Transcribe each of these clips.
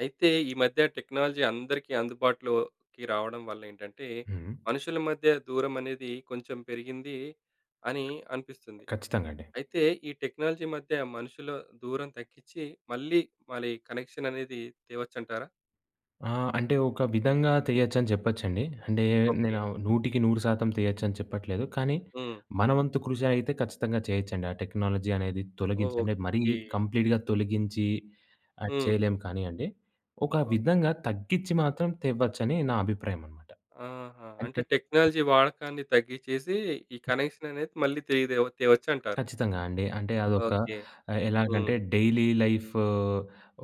అయితే ఈ మధ్య టెక్నాలజీ అందరికీ అందుబాటులోకి రావడం వల్ల ఏంటంటే, హ్మ్. మనుషుల మధ్య దూరం అనేది కొంచెం పెరిగింది అని అనిపిస్తుంది. ఖచ్చితంగా అండి. అయితే ఈ టెక్నాలజీ మధ్య మనుషుల దూరం తగ్గించి మళ్ళీ మరి కనెక్షన్ అనేది తేవచ్చంటారా? అంటే ఒక విధంగా తెయొచ్చని చెప్పొచ్చండి. అంటే ఓకే. నేను 100% తెయొచ్చని చెప్పట్లేదు. కానీ హ్మ్. మన వంతు కృషి అయితే ఖచ్చితంగా చేయొచ్చండి. ఆ టెక్నాలజీ అనేది తొలగించి అంటే మరీ ఓకే. కంప్లీట్‌గా తొలగించి అది హ్మ్. చేయలేం కానియండి. ఒక ఓకే. విధంగా తగ్గించి మాత్రం తేవచ్చని నా అభిప్రాయం అనమాట. ఆహా! అంటే అంటే టెక్నాలజీ వాడకాన్ని తగ్గిచ్చేసి ఈ కనెక్షన్ అనేది మళ్ళీ తిరిగి తేవచ్చంటారు. ఖచ్చితంగా అండి. అంటే అదొక ఓకే. ఆహ్, హ్మ్. ఎలాగంటే డైలీ లైఫ్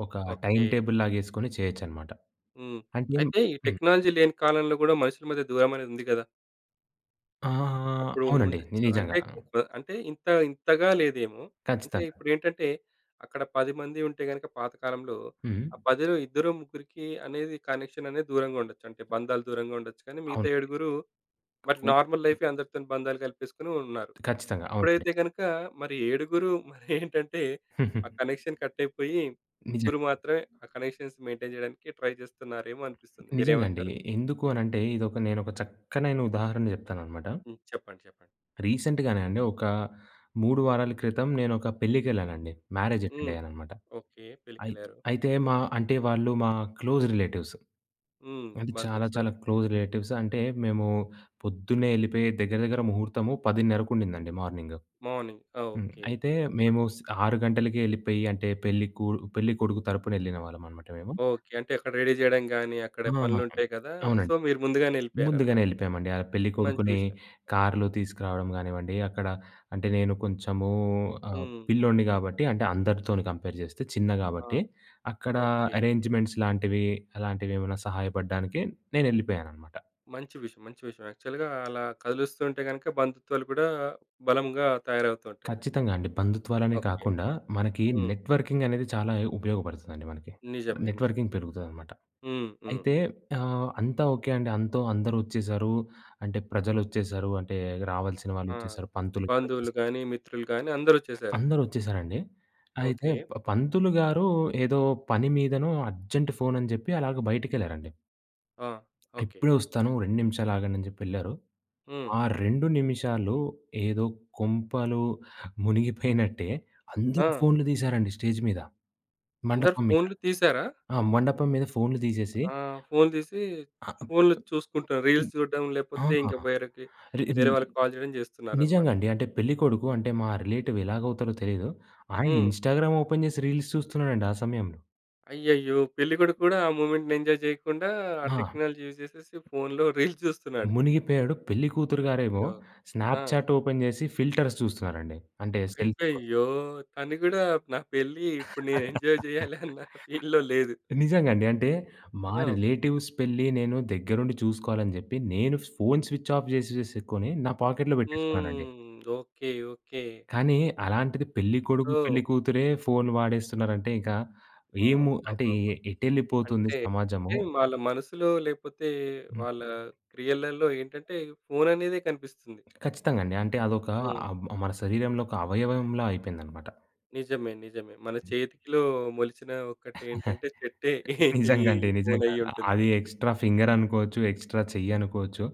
ఒక టైమ్ ఓకే. టేబుల్ లాగేసుకొని చేయొచ్చనమాట. హ్మ్. అంటే అయితే ఈ హ్మ్. టెక్నాలజీ లేని కాలంలో గూడా మనుషుల మధ్య దూరం అనేది ఉంది గదా! ఆ! అప్పుడు అవునండి. ఉండొచ్చు. నిజంగా. అంటే ఒక అంటే ఇంత ఇంతగా లేదేమో. అంటే ఖచ్చితంగా. ఇప్పుడేంటంటే అక్కడ 10 మంది ఉంటే గనక పాత కాలంలో హ్మ్. ఆ 10లో ఇద్దరో, ముగ్గురికి అనేది కనెక్షన్ అనేది దూరంగా ఉండొచ్చు. అంటే బంధాలు దూరంగా ఉండొచ్చు. కానీ మిగతా అవును. ఏడుగురు మరి ఫుడ్ నార్మల్ లైఫే అందరితోని బంధాలు కలిపేసుకొని ఉన్నారు. ఖచ్చితంగా. అవునండి. ఇప్పుడైతే గనక మరి ఏడుగురు మరేంటంటే ఆ కనెక్షన్ కట్ అయిపోయి ముగ్గురు నిజంగా. మాత్రమే ఆ కనెక్షన్స్ మెయింటైన్ జేయడానికి ట్రై జేస్తున్నారేమో అనిపిస్తుంది. నిజంగా అండి. మీరేమంటారు? ఎందుకు అనంటే ఇదొక నేనొక చక్కనైన ఉదాహరణ జెప్తాననమాట. హ్మ్. చెప్పండి. చెప్పండి. రీసెంట్‌గానే అండి ఒక 3 వారాల క్రితం నేనొక పెళ్ళికెళ్ళానండి. మ్యారేజ్ అటెండ్ హ్మ్. అయ్యాననమాట. ఓకే. అయి పెళ్ళికెళ్లారు. అయితే మా అంటే వాళ్ళు మా క్లోజ్ రిలేటివ్స్. హ్మ్. అంటే చాలా బంధువులు. చాలా క్లోజ్ రిలేటివ్స్. అంటే మేము పొద్దున్నే ఎళ్ళిపోయి దగ్గర దగ్గర ముహూర్తము 10:30కు ఉండిందండి మార్నింగ్. మార్నింగ్. ఆ! హ్మ్. ఓకే. అయితే గుడ్. మేము 6 గంటలకే ఎళ్ళిపోయి అంటే పెళ్లి కొడుకు తరపున ఎళ్ళిన వాళ్ళమనమాట మేము. ఓకే. అంటే అక్కడ రెడీ చేయడం గాని, అక్కడ ఆ! పనులుంటాయి కదా! సో, అవునండి. మీరు ముందుగానే ఎళ్ళిపోయారన్నమాట. ముందుగానే ఎళ్ళిపోయామండి. ఆ మంచి పెళ్ళికొడుకుని విషయం. కారులో తీసుకురావడం గానివ్వండి, అక్కడ అంటే నేను కొంచెము హ్మ్. పిల్లోడిని గాబట్టి అంటే అందరితోని కంపేర్ చేస్తే చిన్న ఆ! గాబట్టి, అక్కడ ఓకే. అరేంజ్‌మెంట్స్ లాంటివి, అలాంటివేమైనా సహాయపడడానికి నేనెళ్ళిపోయాననమాట. మంచి విషయం. మంచి విషయం. యాక్చువల్‌గా అలా కదులుస్తుంటే గనుక బంధుత్వాలు కూడా బలంగా తయారవుతుంటాయి. ఖచ్చితంగా అండి. బంధుత్వాలనే ఓకే. కాకుండా మనకి హ్మ్. నెట్‌వర్కింగ్ అనేది చాలా ఉపయోగపడుతుందండి మనకి. నిజమే. నిజమే. నెట్‌వర్కింగ్ పెరుగుతదనమాట. హ్మ్. హ్మ్. అయితే అంతా ఓకే అండి. అంతో అందరొచ్చేసారు. అంటే ప్రజలొచ్చేసారు. అంటే రావాల్సిన ఆ! వాళ్ళొచ్చేసారు. పంతులు బంధువులు గారొచ్చేసారు. గాని, మిత్రులు గాని అందరొచ్చేసారు. అందరొచ్చేసారండి. అయితే ఓకే. పంతులు గారు ఏదో పని మీదనో అర్జెంట్ ఫోనని జెప్పి అలాగ బయటికెళ్లారండి. ఆ! ఓకే. ఇప్పుడే ఒస్తాను 2 నిమిషాలు ఆగండి అని జెప్పెళ్లారు. హ్మ్. ఆ 2 నిమిషాలు ఏదో కొంపలు మునిగిపోయినట్టే అందరూ ఆ! ఫోన్లు తీశారండి స్టేజ్ మీద. అందరు మండపం మీద. ఫోన్‌లు తీశారా? ఆ! మండపం మీద ఫోన్లు తీసేసి ఆ! ఫోను తీసి ఆహ్, ఫోన్‌లో చూసుకుంటాం. హ్మ్. రీల్స్ చూడడం లేపోతే ఇంకా ఆ! వేరేకి రి వేరే వాళ్ళకి కాల్ చేయడం చేస్తున్నారనమాట. నిజంగా అండి. అంటే పెళ్ళికొడుకు అంటే మా రిలేటివ్ ఎలాగవుతారో తెలీదు. ఆయన హ్మ్. ఇన్‌స్టాగ్రామ్ ఓపెన్ జేసి రీల్స్ చూస్తున్నాడండి ఆ సమయంలో. అయ్యయ్యో! పెళ్ళికొడుకు కూడా ఆ మూవ్‌మెంట్‌ని ఎంజాయ్ చేయకుండా ఆ ఆ! టెక్నాలజీ యూజ్ చేసేసి ఫోన్‌లో రీల్స్ చూస్తున్నాడు. మునిగిపోయాడు. పెళ్లి కూతురు గారేమో అయ్యో! ఆ! స్నాప్‌చాట్ ఓపెన్ జేసి ఫిల్టర్స్ చూస్తున్నారండి. అంటే సెల్ఫీ కోసం. అయ్యయ్యో! తను కూడా నా పెళ్లి ఇప్పుడు నేను ఎంజాయ్ చేయాలి అన్న ఫీల్‌లో లేదు. నిజంగండి. అంటే మా ఆ! రిలేటివ్స్ పెళ్లి నేను దగ్గరుండి చూసుకోవాలని జెప్పి, నేను ఫోను స్విచ్ ఆఫ్ జేసి జేసుకొని నా పాకెట్‌లో పెట్టేసుకున్నానండి. హ్మ్. ఓకే. ఓకే. కానీ అలాంటిది పెళ్ళికొడుకు, సో, పెళ్ళికూతురే ఫోను వాడేస్తున్నారంటే ఇక ఏము అంటే అబ్బబ్బబ్బా! ఎటెళ్ళిపోతుంది అంటే సమాజము? అంటే వాళ్ళ మనసులో లేపోతే హ్మ్. వాళ్ళ క్రియలలో ఏంటంటే ఫోన్ అనేదే కనిపిస్తుంది. ఖచ్చితంగా అండి. అంటే అదొక హ్మ్. ఆహ్, మన శరీరంలో ఒక అవయవంలా అయిపోయిందనమాట. నిజమే. నిజమే. మన చేతికిలో మొలిచిన ఒక్కటేంటంటే చెట్టే ఈ నిజంగా అండి. ఫోన్ నిజంగా. అయ్యుంటుంది. అది ఎక్స్‌ట్రా ఫింగర్ అనుకోవచ్చు, ఎక్స్‌ట్రా చెయ్యి అనుకోవచ్చు,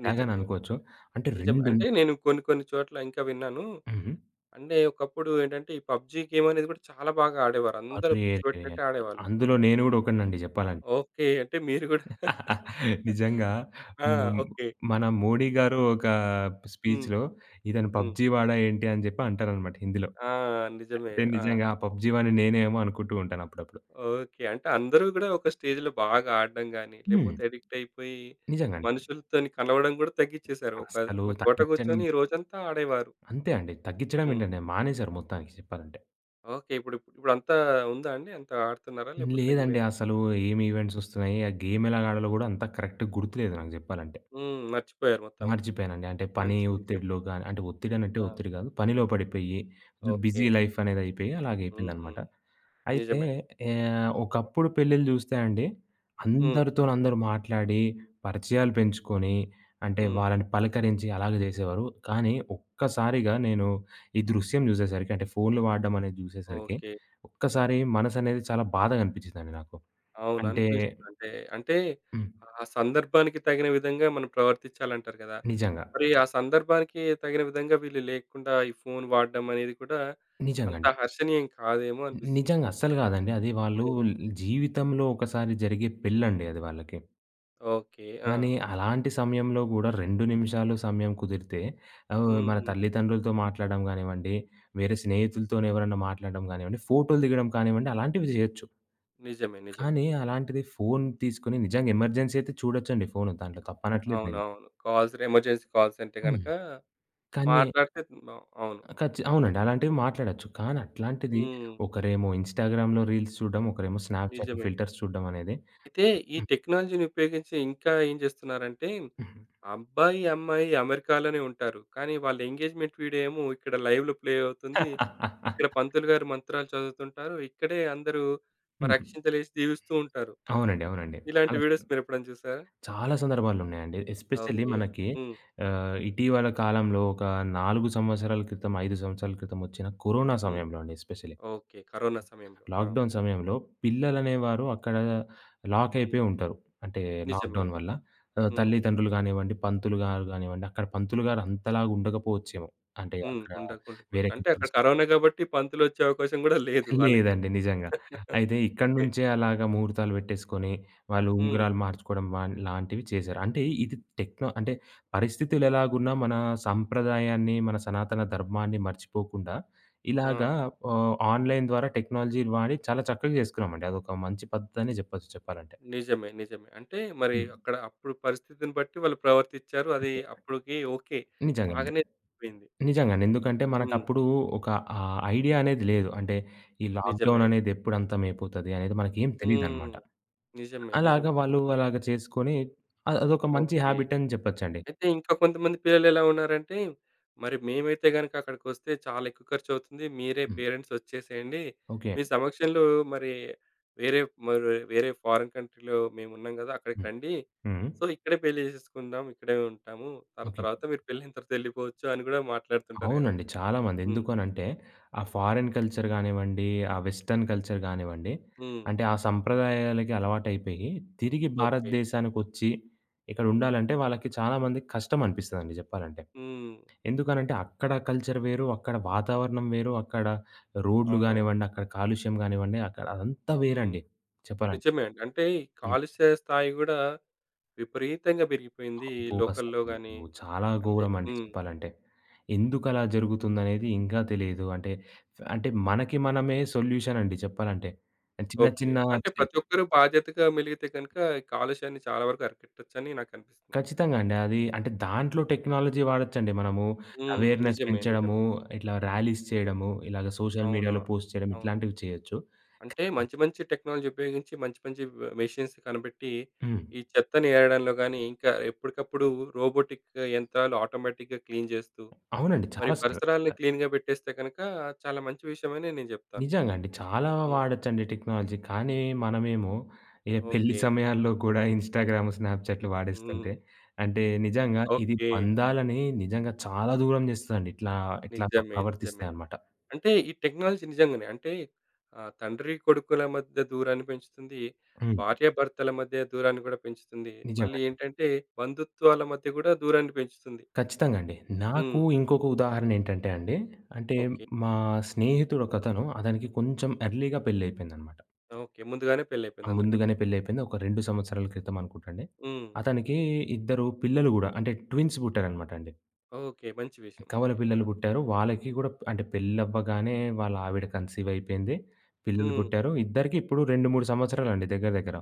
ఎలాగని నిజమే. అనుకోవచ్చు. అంటే 2 నిజమే. అంటే నేను కొన్ని కొన్ని చోట్ల ఇంకా విన్నాను. హ్మ్. అంటే ఒకప్పుడు ఏంటంటే ఈ పబ్‌జీ గేమ్ అనేది కూడా చాలా బాగా ఆడేవారు. అందరూ పిచ్చి అరెరే! పెట్టినట్టే ఆడేవాళ్ళు. అందులో నేను గూడా ఒకడినండి చెప్పాలంటే. ఓకే. అంటే మీరు గూడా నిజంగా. ఆ! హ్మ్. ఓకే. మన 'మోడీ' గారు ఒక హ్మ్. స్పీచ్‌లో ఇతను హ్మ్. 'పబ్‌జీ' వాడా ఏంటి అని చెప్పి అంటారనమాట హిందీలో. ఆ! నిజమే. అంటే ఆ! నిజంగా ఆ 'పబ్‌జీ' వాడిని నేనేమో అనుకుంటూ ఉంటాను అప్పుడప్పుడు. ఓకే. అంటే అందరూ గూడా ఒక స్టేజ్‌లో బాగా ఆడడం గాని, హ్మ్. లేపోతే అడిక్ట్ అయిపోయి నిజంగా అండి. మనుషులతోని కలవడం గూడా తగ్గిచ్చేశారు. ఒక అసలు ఒక చోట తగ్గించడం కూర్చొని ఈ రోజంతా ఆడేవారు. అంతే అండి. తగ్గించడం హ్మ్. ఏంటండి, మానేశారు మొత్తానికి చెప్పాలంటే. ఓకే. ఇప్పుడంతా ఉందా అండి? అంతా ఆడుతున్నారా? లేపోతే లేదండి, తగ్గిపోయిందా? అసలు ఏమి ఈవెంట్స్ వస్తున్నాయి, ఆ గేమ్ ఎలా ఆడాలో కూడా అంత కరెక్ట్‌గా గుర్తులేదు నాకు చెప్పాలంటే. హ్మ్. మర్చిపోయారు మొత్తం. మర్చిపోయానండి. అంటే పని మంచి విషయం. ఒత్తిడిలో గాని అంటే ఒత్తిడనంటే ఆ! ఒత్తిడి గాదు. పనిలో పడిపోయి, బిజీ ఓకే. లైఫ్ అనేదయిపోయి హ్మ్. అలాగయిపోయిందనమాట. హ్మ్. అయితే నిజమే. ఒకప్పుడు పెళ్ళిళ్ళు చూస్తే అండి, హ్మ్. అందరితోని అందరూ మాట్లాడి, పరిచయాలు పెంచుకొని, అంటే హ్మ్. వాళ్ళని పలకరించి అలాగే జేసేవారు. కానీ ఒక్కసారిగా నేను ఈ దృశ్యం జూసేసరికి అంటే ఫోన్‌లు వాడడం అనేది జూసేసరికి, ఓకే. ఒక్కసారి మనసనేది చాలా బాధగా అనిపిచ్చిందండి నాకు. అవును. అంటే అనిపిస్తుంది. అంటే, అంటే హ్మ్. ఆ సందర్భానికి తగిన విధంగా మనం ప్రవర్తించాలంటారు కదా! నిజంగా. మరి ఆ సందర్భానికి తగిన విధంగా వీళ్ళు లేకుండా ఈ ఫోను వాడడం అనేది కూడా నిజంగా అంత అండి. హర్షణీయం కాదేమో అనిపిస్తుంది. నిజంగా అస్సలు కాదండి. అది వాళ్ళు హ్మ్. జీవితంలో ఒకసారి జరిగే పెళ్ళండి అది వాళ్ళకి. ఓకే. ఆ! కానీ అలాంటి సమయంలో గూడా 2 నిమిషాలు సమయం కుదిరితే మన హ్మ్. తల్లిదండ్రులతో మాట్లాడడం గానివ్వండి, వేరే స్నేహితులతోని ఎవరన్నా మాట్లాడడం గానివ్వండి, ఫోటోలు దిగడం కానివ్వండి అలాంటివి జేయొచ్చు. నిజమే. నిజమే. కానీ అలాంటిది ఫోను తీసుకొని నిజంగా ఎమర్జెన్సీ అయితే చూడొచ్చండి ఫోను. దాంట్లో తప్పనట్లేదు నేను. అవునవును. కాల్స్ ఎమర్జెన్సీ కాల్స్ అంటే హ్మ్. గనక కానీ మాట్లాడితే మ అవును. అవునండి. అలాంటివి మాట్లాడొచ్చు. కానీ అట్లాంటిది హ్మ్. ఒకరేమో ఇన్‌స్టాగ్రామ్‌లో రీల్స్ చూడడం, ఒకరేమో స్నాప్‌చాట్‌లో నిజమే. ఫిల్టర్స్ చూడడం అనేది అయితే ఈ హ్మ్. టెక్నాలజీని ఉపయోగించి ఇంకా ఏం చేస్తున్నారంటే, హ్మ్. అబ్బాయి, అమ్మాయి అమెరికాలోనే ఉంటారు. కానీ వాళ్ళ ఎంగేజ్‌మెంట్ వీడియో ఏమో ఇక్కడ లైవ్‌లో ప్లే అవుతుంది. ఇక్కడ పంతులు గారు మంత్రాలు చదువుతుంటారు. ఇక్కడే అందరూ మరి హ్మ్. అక్షింతలేసి దీవిస్తూ ఉంటారు. అవునండి. అవునండి. ఇలాంటి వీడియోస్ మీరెప్పుడైనా చూసారా? చాలా సందర్భాలున్నాయండి. Especially okay. మనకి హ్మ్. ఇటీవల కాలంలో ఒక 4 సంవత్సరాల క్రితం, 5 సంవత్సరాల క్రితం వచ్చిన కరోనా హ్మ్. సమయంలో అండి ఎస్పెషల్లీ. ఓకే. కరోనా సమయంలో. ఆ! లాక్‌డౌన్ సమయంలో పిల్లలనేవారు అక్కడ లాక్ హ్మ్. అయిపోయి ఉంటారు. అంటే నిజమే. లాక్‌డౌన్ వల్ల. హ్మ్. తల్లిదండ్రులు కానివ్వండి, పంతులు గారు కానివ్వండి, అక్కడ పంతులు గారు అంతలాగా ఉండకపోవచ్చేమో. అంటే హ్మ్. అక్కడ ఉండకుండా పోవచ్చు. వేరే అంటే అక్కడ కంట్రీస్ కరోనా కాబట్టి పంతులొచ్చే అవకాశం గూడా లేదు వాళ్ళకి. లేదండి. నిజంగా. అయితే ఇక్కడి ఓకే. నుంచే అలాగా ముహూర్తాలు పెట్టేసుకొని, వాళ్ళు హ్మ్. ఉంగరాలు మార్చుకోవడం వాన్ లాంటివి చేశారు. అంటే ఇది టెక్నో అంటే పరిస్థితులు ఎలాగున్నా మన సంప్రదాయాన్ని, మన సనాతన ధర్మాన్ని మర్చిపోకుండా ఆ! ఇలాగా ఆన్‌లైన్ ద్వారా టెక్నాలజీ వాడి చాలా చక్కగా చేసుకున్నామండి. అదొక మంచి పద్ధతి అనే చెప్పొచ్చు చెప్పాలంటే. నిజమే. నిజమే. అంటే మరి హ్మ్. అక్కడ అప్పుడు పరిస్థితిని బట్టి వాళ్ళు ప్రవర్తిచ్చారు. అది అంతే. అప్పటికి ఓకే. నిజంగా అండి. బాగానే జరిగిపోయింది. నిజంగానే. ఎందుకంటే హ్మ్. మనకప్పుడు ఒక ఐడియా అనేది లేదు. అంటే ఈ నిజమే లాక్‌డౌన్ అండి. అనేది ఎప్పుడు అంతమైపోతది అనేది మనకేం హ్మ్. తెలీదనమాట. నిజమే. అలాగా నిజమే. వాళ్ళు అలాగా చేసుకొని అదొక మంచి ఓకే. హాబిట్ అని చెప్పొచ్చండి. అయితే ఇంకా కొంతమంది పిల్లలెలా ఉన్నారంటే, మరి మేమైతే గనక అక్కడికొస్తే చాలా ఎక్కువ ఖర్చవుతుంది. మీరే హ్మ్. పేరెంట్స్ ఒచ్చేసేయండి. ఓకే. మీ సమక్షంలో మరి వేరే మరి వేరే ఫారెన్ కంట్రీలో మేమున్నాం గదా! అక్కడికి హ్మ్. రండి. హ్మ్. సో, ఇక్కడే పెళ్లి చేసేసుకుందాం. ఇక్కడే ఉంటాము. ఓకే. తర్వాత మీరు పెళ్ళైన తర్వాత ఎళ్ళిపోవచ్చు అని గూడా మాట్లాడుతుంటారు గదా! అవునండి. చాలామంది హ్మ్. ఎందుకనంటే, ఆ ఫారెన్ కల్చర్ గానివ్వండి, ఆ వెస్టర్న్ కల్చర్ గానివ్వండి, హ్మ్. అంటే ఆ సంప్రదాయాలకి అలవాటైపోయి తిరిగి ఓకే. భారతదేశానికొచ్చి ఇక్కడ ఉండాలంటే వాళ్ళకి చాలామందికి కష్టం అనిపిస్తదండి చెప్పాలంటే. హ్మ్. ఎందుకనంటే అక్కడ కల్చర్ వేరు, అక్కడ వాతావరణం వేరు, అక్కడ రోడ్లు అవునవును. గానివ్వండి, అక్కడ కాలుష్యం గానివ్వండి, అక్కడ అదంతా హ్మ్. వేరండి చెప్పాలంటే. నిజమే అండి. అంటే ఈ కాలుష్య స్థాయి గూడా విపరీతంగా పెరిగిపోయింది ఈ అబ్బో! లోకల్‌లో గాని అసలు చాలా అంటే ఘోరమండి హ్మ్. చెప్పాలంటే. ఎందుకలా జరుగుతుందనేది ఇంకా తెలీదు. అంటే, అంటే మనకి మనమే సొల్యూషన్ అండి చెప్పాలంటే. చిన్న ఓకే. చిన్న అంటే చే ప్రతి ఒక్కరు బాధ్యతగా మెలిగితే గనుక ఈ కాలుష్యాన్ని చాలా వరకు అరికట్టొచ్చని నాకనిపిస్తుంది. ఖచ్చితంగా అండి. అది అంటే దాంట్లో టెక్నాలజీ వాడొచ్చండి మనము. హ్మ్. అవేర్‌నెస్ నిజమే. నిజమే. పెంచడము, ఇట్లా ర్యాలీస్ చేయడము, ఇలాగ సోషల్ అవును. మీడియాలో పోస్ట్ చేయడం అవును. ఇట్లాంటివి చేయొచ్చు. అంటే మంచి మంచి టెక్నాలజీ ఉపయోగించి మంచి మంచి మెషిన్స్ కనిపెట్టి హ్మ్. ఈ చెత్తని ఏరడంలో గాని ఇంకా ఎప్పటికప్పుడు రోబోటిక్ యంత్రాలు ఆటోమేటిక్‌గా క్లీన్ చేస్తూ అవునండి. మరి చాలా సార్లు. పరిసరాల్ని క్లీన్‌గా పెట్టేస్తే గనక చాలా మంచి విషయమనే నేను చెప్తాను. నిజంగా అండి. చాలా హ్మ్. వాడొచ్చండి టెక్నాలజీ. కానీ మనమేమో ఏ పెళ్లి ఓకే. సమయాల్లో కూడా ఇన్‌స్టాగ్రామ్, స్నాప్‌చాట్లు హ్మ్. వాడేస్తుంటే అంటే నిజంగా ఇది ఓకే. బంధాలని నిజంగా చాలా దూరం చేస్తదండి. ఇట్లాగా నిజమే. ప్రవర్తిస్తే నిజమే. అనమాట. అంటే ఈ టెక్నాలజీ నిజంగానే అంటే తండ్రి కొడుకుల మధ్య దూరాన్ని పెంచుతుంది. హ్మ్. భార్యాభర్తల మధ్య దూరాన్ని కూడా పెంచుతుంది. మళ్ళీ నిజంగండి. ఏంటంటే బంధుత్వాల మధ్య కూడా దూరాన్ని పెంచుతుంది. ఖచ్చితంగా అండి. నాకు హ్మ్. ఇంకొక ఉదాహరణ ఏంటంటే అండి, అంటే ఓకే. మా స్నేహితుడు ఒకతను అతనికి కొంచెం ఎర్లీ‌గా పెళ్లయిపోయిందనమాట. ఓకే. ముందుగానే పెళ్లయిపోయింది అందరికంటే. ముందుగానే పెళ్లయిపోయింది. ఒక 2 సంవత్సరాల క్రితం అనుకుంటండి. హ్మ్. అతనికి ఇద్దరు పిల్లలు గూడా అంటే ట్విన్స్ పుట్టారనమాట అండి. ఓకే. మంచి విషయం. కవల ఓకే. పిల్లలు ఆ! పుట్టారు. వాళ్ళకి గూడా అంటే పెళ్లవ్వగానే వాళ్ళ ఆవిడ కన్సీవ్ అయిపోయింది. పిల్లలు హ్మ్. పుట్టారు. ఇద్దరికీ ఇప్పుడు 2, 3 సంవత్సరాలండి దగ్గర దగ్గర.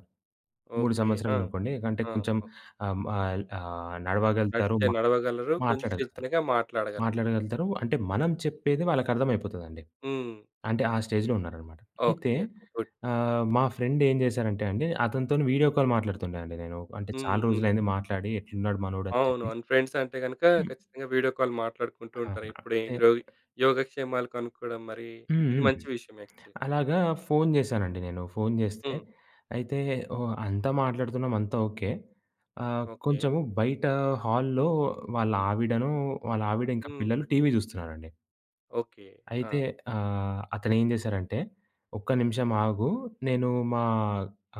3 ఓకే. ఆ! సంవత్సరాలనుకోండి. అంటే ఆ! కొంచెం ఓకే. ఆహ్, ఆహ్, ఆహ్, నడవగలుగుతారు. మా నడవగలరు. కొంచెం చిన్న మాట్లాడగలుగుతారు. చిన్నగా మాట్లాడగలరు. మాట్లాడగలుగుతారు. అంటే మనం చెప్పేది వాళ్ళకి అర్థమైపోతదండి. హ్మ్. అంటే ఆ స్టేజ్‌లో ఉన్నారనమాట. అయితే ఓకే. ఓకే. గుడ్. మా ఫ్రెండ్ ఏం చేశారంటే అండి, అతనితోని వీడియో కాల్ మాట్లాడుతుండే అండి నేను. అంటే చాలా హ్మ్. హ్మ్. రోజులైంది మాట్లాడి ఎట్లున్నాడు మనోడు అని అవును. చెప్పి. అవును. ఫ్రెండ్స్ అంటే గనుక హ్మ్. ఖచ్చితంగా వీడియో కాల్ మాట్లాడుకుంటూ ఆ! ఉంటారు. ఎప్పుడు ఏ అయితే రో యోగక్షేమాలు కనుక్కోవడం మరి హ్మ్. ఇది హ్మ్. మంచి విషయం యాక్చువల్‌గా. అలాగా ఫోను జేశానండి నేను. ఫోను జేస్తే, హ్మ్. అయితే ఓహ్! అంతా మాట్లాడుతున్నాం అంతా ఓకే. ఓకే. కొంచెము బయట హాల్‌లో వాళ్ళ ఆవిడను, వాళ్ళ ఆవిడ ఇంకా హ్మ్. పిల్లలు టీవీ జూస్తున్నారండి. ఓకే. ఆ! అయితే అతనేం జేశారంటే, "ఒక్క నిమిషం ఆగు. నేను మా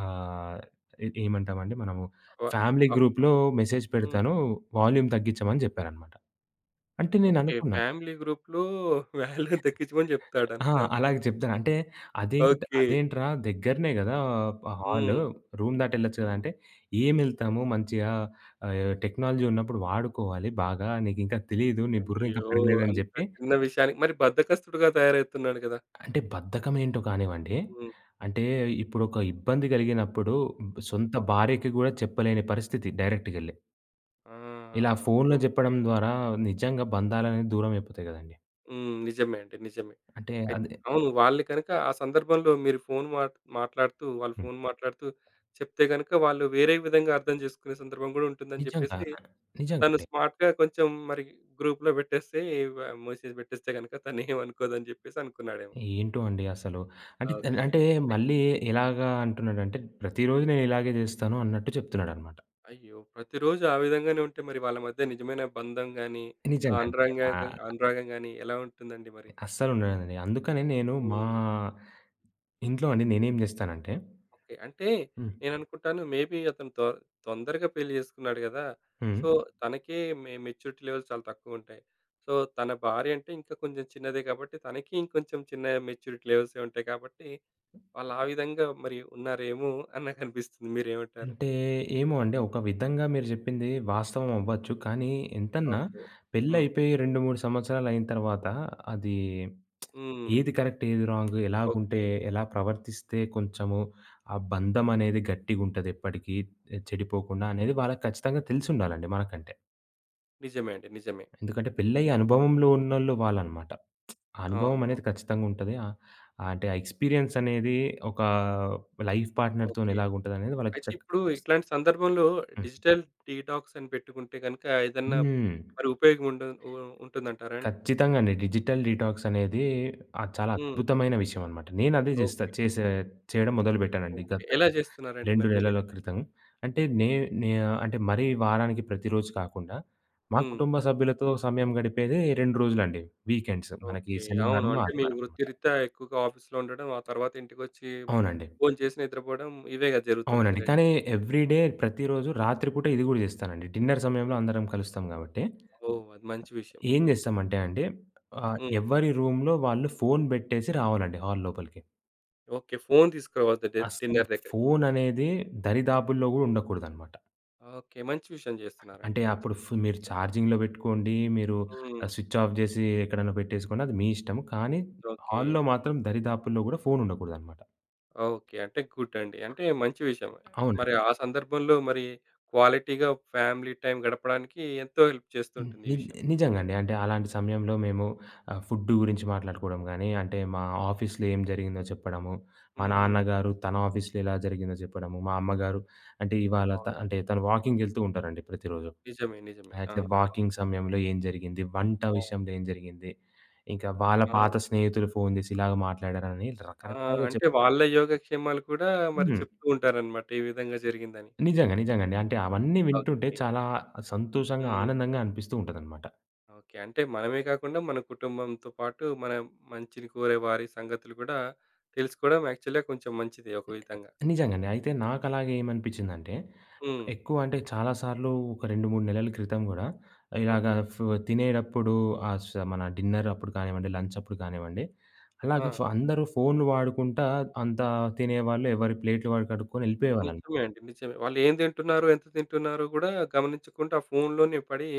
ఆహ్, ఎ ఏమంటామండి మనము వ ఫ్యామిలీ అవ్ గ్రూప్‌లో అవ్ మెసేజ్ హ్మ్. పెడతాను. వాల్యూమ్ తగ్గించమని" జెప్పారనమాట. అంటే ఓకే. నేననుకున్న ఫ్యామిలీ గ్రూప్‌లో వాల్యూ దక్కించమని ఆ! చెప్తాడన్నాడా? అలాగే చెప్తాను. అంటే ఓకే. అదేంట్రా దగ్గరనే గదా! హాలు. హ్మ్. రూమ్ దాటి ఎళ్ళొచ్చు గదా! హ్మ్. అంటే ఏమెళ్తాము మంచిగా టెక్నాలజీ ఉన్నప్పుడు వాడుకోవాలి బాగా. నీకింకా తెలీదు. నీ బుర్ర ఇంకా అయ్యో! పెరగలేదని అంత జెప్పి చిన్న విషయానికి మరి బద్ధకస్తుడుగా తయారవుతున్నాడు కదా! అంటే బద్ధకం ఏంటో కానివ్వండి. హ్మ్. అంటే ఇప్పుడొక ఇబ్బంది కలిగినప్పుడు సొంత ఓకే. భార్యకి గూడా చెప్పలేని పరిస్థితి డైరెక్ట్‌గెళ్ళి. ఆ! ఇలా ఫోన్‌లో ఓకే. జెప్పడం ద్వారా నిజంగా బంధాలనేవి దూరం అయిపోతాయి గదండీ. హ్మ్. నిజమే అండి. నిజమే. అంటే అయితే అదే అవును. వాళ్ళు కనుక ఆ సందర్భంలో మీరు ఫోను మాట్లాడుతూ వాళ్ళు హ్మ్. ఫోను మాట్లాడుతూ చెప్తే గనుక వాళ్ళు వేరే విధంగా అర్థం చేసుకునే సందర్భం గూడా ఉంటుందని నిజంగా. జెప్పేసి తను నిజంగండి. స్మార్ట్‌గా కొంచెం మరి గ్రూప్‌లో పెట్టేస్తే వ మెసేజ్ పెట్టేస్తే గనుక తనేమనుకోదని జెప్పేసి అనుకున్నాడేమో. ఏంటో అండి అసలు. అంటే, ఓకే. అంటే అయ్ మళ్ళీ ఎలాగా అంటున్నాడంటే, "ప్రతిరోజు నేను ఇలాగే జేస్తాను" అన్నట్టు చెప్తున్నాడనమాట. అయ్యో! ప్రతిరోజు ఆ విధంగానే ఉంటే మరి వాళ్ళ మధ్య నిజమైన బంధం గాని, ఆ నిజంగండి. అనురాగం గాని ఎలా ఉంటుందండి మరి? అస్సలు ఉండదండి. అందుకనే నేను మా హ్మ్. ఇంట్లో అండి నేనేం జేస్తానంటే ఓకే. అంటే హ్మ్. నేననుకుంటాను మేబీ అతను తొందరగా పెళ్లి చేసుకున్నాడు గదా! హ్మ్. సో, హ్మ్. తనకే మెచ్యూరిటీ లెవెల్స్ చాలా తక్కువుంటాయి. సో, తన భార్య అంటే ఇంకా కొంచెం చిన్నదే కాబట్టి తనకి ఇంకొంచెం చిన్న మెచ్యూరిటీ లెవెల్సే ఉంటాయి కాబట్టి వాళ్ళు ఆ విధంగా మరి ఉన్నారేమో అని నాకనిపిస్తుంది. మీరేమంటారు? అంటే ఏమో అండి ఒక విధంగా మీరు జెప్పింది వాస్తవం అవ్వచ్చు. కానీ ఎంతన్నా ఓకే. హ్మ్. పెళ్లయిపోయి 2, 3 సంవత్సరాలయిన తర్వాత అది హ్మ్. ఏది కరెక్ట్? ఏది రాంగ్? ఎలాగుంటే, ఓకే. ఎలా ప్రవర్తిస్తే కొంచెము ఆ బంధం అనేది గట్టిగుంటది ఎప్పటికీ చెడిపోకుండా అనేది వాళ్ళకి ఖచ్చితంగా తెలిసుండాలండి మనకంటే. నిజమే అండి. నిజమే. ఎందుకంటే పెళ్లయ్యే అనుభవంలో ఉన్నోళ్ళు వాళ్ళనమాట. ఆ అనుభవం అవునవును. అనేది ఖచ్చితంగా ఉంటది. అంటే ఆ ఎక్స్‌పీరియన్స్ అనేది ఒక లైఫ్ పార్ట్‌నర్‌తోని ఓకే. ఎలాగుంటదనేది వాళ్ళకి అయితే చక్ ఇప్పుడు ఇట్లాంటి సందర్భంలో హ్మ్. డిజిటల్ డీటాక్స్ అని పెట్టుకుంటే గనుక ఏదన్నా హ్మ్. మరి ఉపయోగం ఉండ ఉ ఉంటుందంటారా అండి? ఖచ్చితంగా అండి. డిజిటల్ డీటాక్స్ అనేది చాలా హ్మ్. అద్భుతమైన విషయం అనమాట. నేనదే చేస్తా ఓకే. చేసే చేయడం మొదలుపెట్టానండి గత ఓకే. ఎలా జేస్తున్నారండి 2 మరి నెలల మీరైతే? క్రితం. అంటే నే నే అంటే మరీ వారానికి ప్రతిరోజు కాకుండా, మా హ్మ్. కుటుంబ సభ్యులతో సమయం గడిపేదే 2 రోజులండి. వీకెండ్స్ మనకి ఓకే. అవును. శనివారము, అంటే మీ ఆదివారం అనమాట. వృత్తిరీత్యా ఎక్కువగా ఆఫీస్‌లో ఉండడం, ఆ తర్వాత ఇంటికొచ్చి అవునండి. భోంచేసి నిద్రపోవడం ఇవే గదా! జరుగుతుంటది అవునండి. కానీ రొటీన్‌గా. ఎవ్రీ డే ప్రతిరోజు రాత్రి పూట ఇది గూడా చేస్తానండి. డిన్నర్ సమయంలో హ్మ్. అందరం కలుస్తాం గాబట్టి, ఓహ్! అది మంచి విషయం. ఏం మంచి చేస్తామంటే అండి హ్మ్. ఎవరి రూమ్‌లో వాళ్ళు ఫోన్ బెట్టేసి రావాలండి హాల్ లోపలికి. ఓకే. ఫోను తీసుకురావద్దు అస్సలు డిన్నర్ దగ్గరికి. ఫోననేది దరిదాపుల్లో గూడా ఉండకూడదనమాట. ఓకే. మంచి విషయం అంటే జేస్తున్నారండి అప్పుడు యాక్చువల్. మీరు ఛార్జింగ్‌లో పెట్టుకోండి. మీరు హ్మ్. హ్మ్. స్విచ్ ఆఫ్ జేసి ఎక్కడన్నా పెట్టేసుకోండి. అది మీ ఇష్టం. కానీ ఓకే. హాల్‌లో మాత్రం దరిదాపుల్లో గూడా ఫోను ఉండకూడదనమాట. ఓకే. అంటే గుడ్ అండి. అంటే మంచి విషయమే. అవునండి. మరి ఆ సందర్భంలో మరి క్వాలిటీగా ఫ్యామిలీ టైమ్ గడపడానికి ఎంతో హెల్ప్ హ్మ్. చేస్తుంటుంది ఈ విషయం. నిజంగా అండి. అంటే అలాంటి సమయంలో మేము ఫుడ్డు గురించి మాట్లాడుకోవడం గానీ, అంటే మా ఆఫీస్‌లో ఏం జరిగిందో చెప్పడము. మా హ్మ్. నాన్నగారు తన ఆఫీస్‌లో ఎలా జరిగిందో చెప్పడము. మా అమ్మగారు అంటే ఇవాళ అవును. అంటే తను వాకింగ్‌కెళ్తూ ఉంటారండి ప్రతిరోజు. నిజమే. నిజమే. ఆ! అయితే వాకింగ్ సమయంలో ఏం జరిగింది? వంట అవును. విషయంలో ఏం జరిగింది? ఇంకా వాళ్ళ అవును. అవును. పాత స్నేహితులు ఫోను జేసి ఇలాగ మాట్లాడారని ఆ! రకరకాలుగా అంటే వాళ్ళ యోగక్షేమాలు కూడా మరి హ్మ్. చెప్తూ ఉంటారనమాట. ఈ విధంగా జరిగిందని. నిజంగా. నిజంగండి. అంటే అవన్నీ వింటుంటే ఓకే. చాలా సంతోషంగా, హ్మ్. ఆనందంగా అనిపిస్తూ ఉంటదనమాట. ఓకే. అంటే మనమే కాకుండా మన కుటుంబంతో పాటు మన మంచిని కోరే వారి సంగతులు కూడా తెలుసుకోవడం యాక్చువల్‌గా కొంచెం మంచిదే ఒక విధంగా. నిజంగండి. అయితే నాకలాగే ఏమనిపించిందంటే, హ్మ్. ఎక్కువ అంటే చాలా సార్లు ఒక 2, 3 నెలల క్రితం గూడా ఇలాగ ఓకే. ఫ్ తినేటప్పుడు ఆహ్, స మన డిన్నర్ అప్పుడు కానివ్వండి, లంచ్ అప్పుడు కానివ్వండి, ఆ! అలాగ ఫ్ అందరూ ఫోన్లు వాడుకుంటా అంతా తినేవాళ్ళు ఎవరి ప్లేట్లు వాళ్ళు కడుక్కొని ఎళ్ళిపోయేవాళ్ళనమాట. నిజమే అండి. నిజమే. వాళ్ళు ఏం తింటున్నారు? ఎంత తింటున్నారో కూడా గమనించకుండా ఆ ఫోనులోనే పడి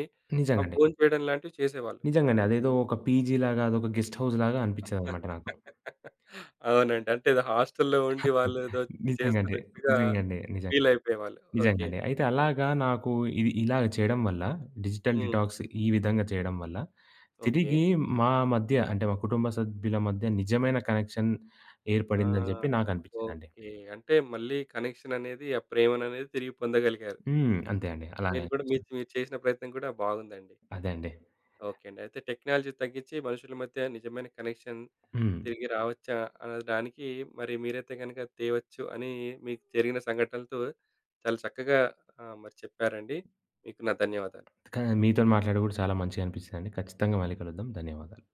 ఆ నిజంగండి. భోంచేయడం లాంటివి చేసేవాళ్ళు. నిజంగండి. అదేదో ఒక పీజీలాగా, అదొక గెస్ట్ హౌస్‌లాగా అనిపిచ్చేదనమాట నాకు. అవునండి. అంటే ఏదో హాస్టల్‌లో ఉండి వాళ్ళు ఏదో నిజంగండి. చేస్తున్నట్టుగా నిజంగండి. నిజంగా. ఫీల్ అయిపోయేవాళ్ళు. ఓకే. నిజంగండి. అయితే అలాగా నాకు ఇది ఇలాగ చేయడం వల్ల, డిజిటల్ హ్మ్. డిటాక్స్ ఈ విధంగా చేయడం వల్ల, ఓకే. తిరిగి మా మధ్య అంటే మా కుటుంబ సభ్యుల మధ్య నిజమైన కనెక్షన్ ఏర్పడిందని జెప్పి ఆ! నాకనిపిచ్చిందండి. ఓకే. అంటే మళ్ళీ కనెక్షన్ అనేది ఆ ప్రేమననేది తిరిగి పొందగలిగారు. హ్మ్. అంతే అండి. అలానే మీరు కూడా మీరు అనిపిచ్చింది. మీరు చేసిన ప్రయత్నం కూడా బాగుందండి. అదే అండి. ఓకే అండి. అయితే టెక్నాలజీ తగ్గించి మనుషుల మధ్య నిజమైన కనెక్షన్ హ్మ్. తిరిగి రావచ్చా అనడానికి మరి మీరైతే గనుక తేవచ్చు అని మీకు జరిగిన సంఘటనలతో చాలా చక్కగా మరి చెప్పారండి. మీకు నా ధన్యవాదాలు. మీతోని మాట్లాడి గూడా చాలా మంచిగా అనిపిచ్చిందండి. ఖచ్చితంగా మళ్ళీ కలుద్దాం. ధన్యవాదాలు.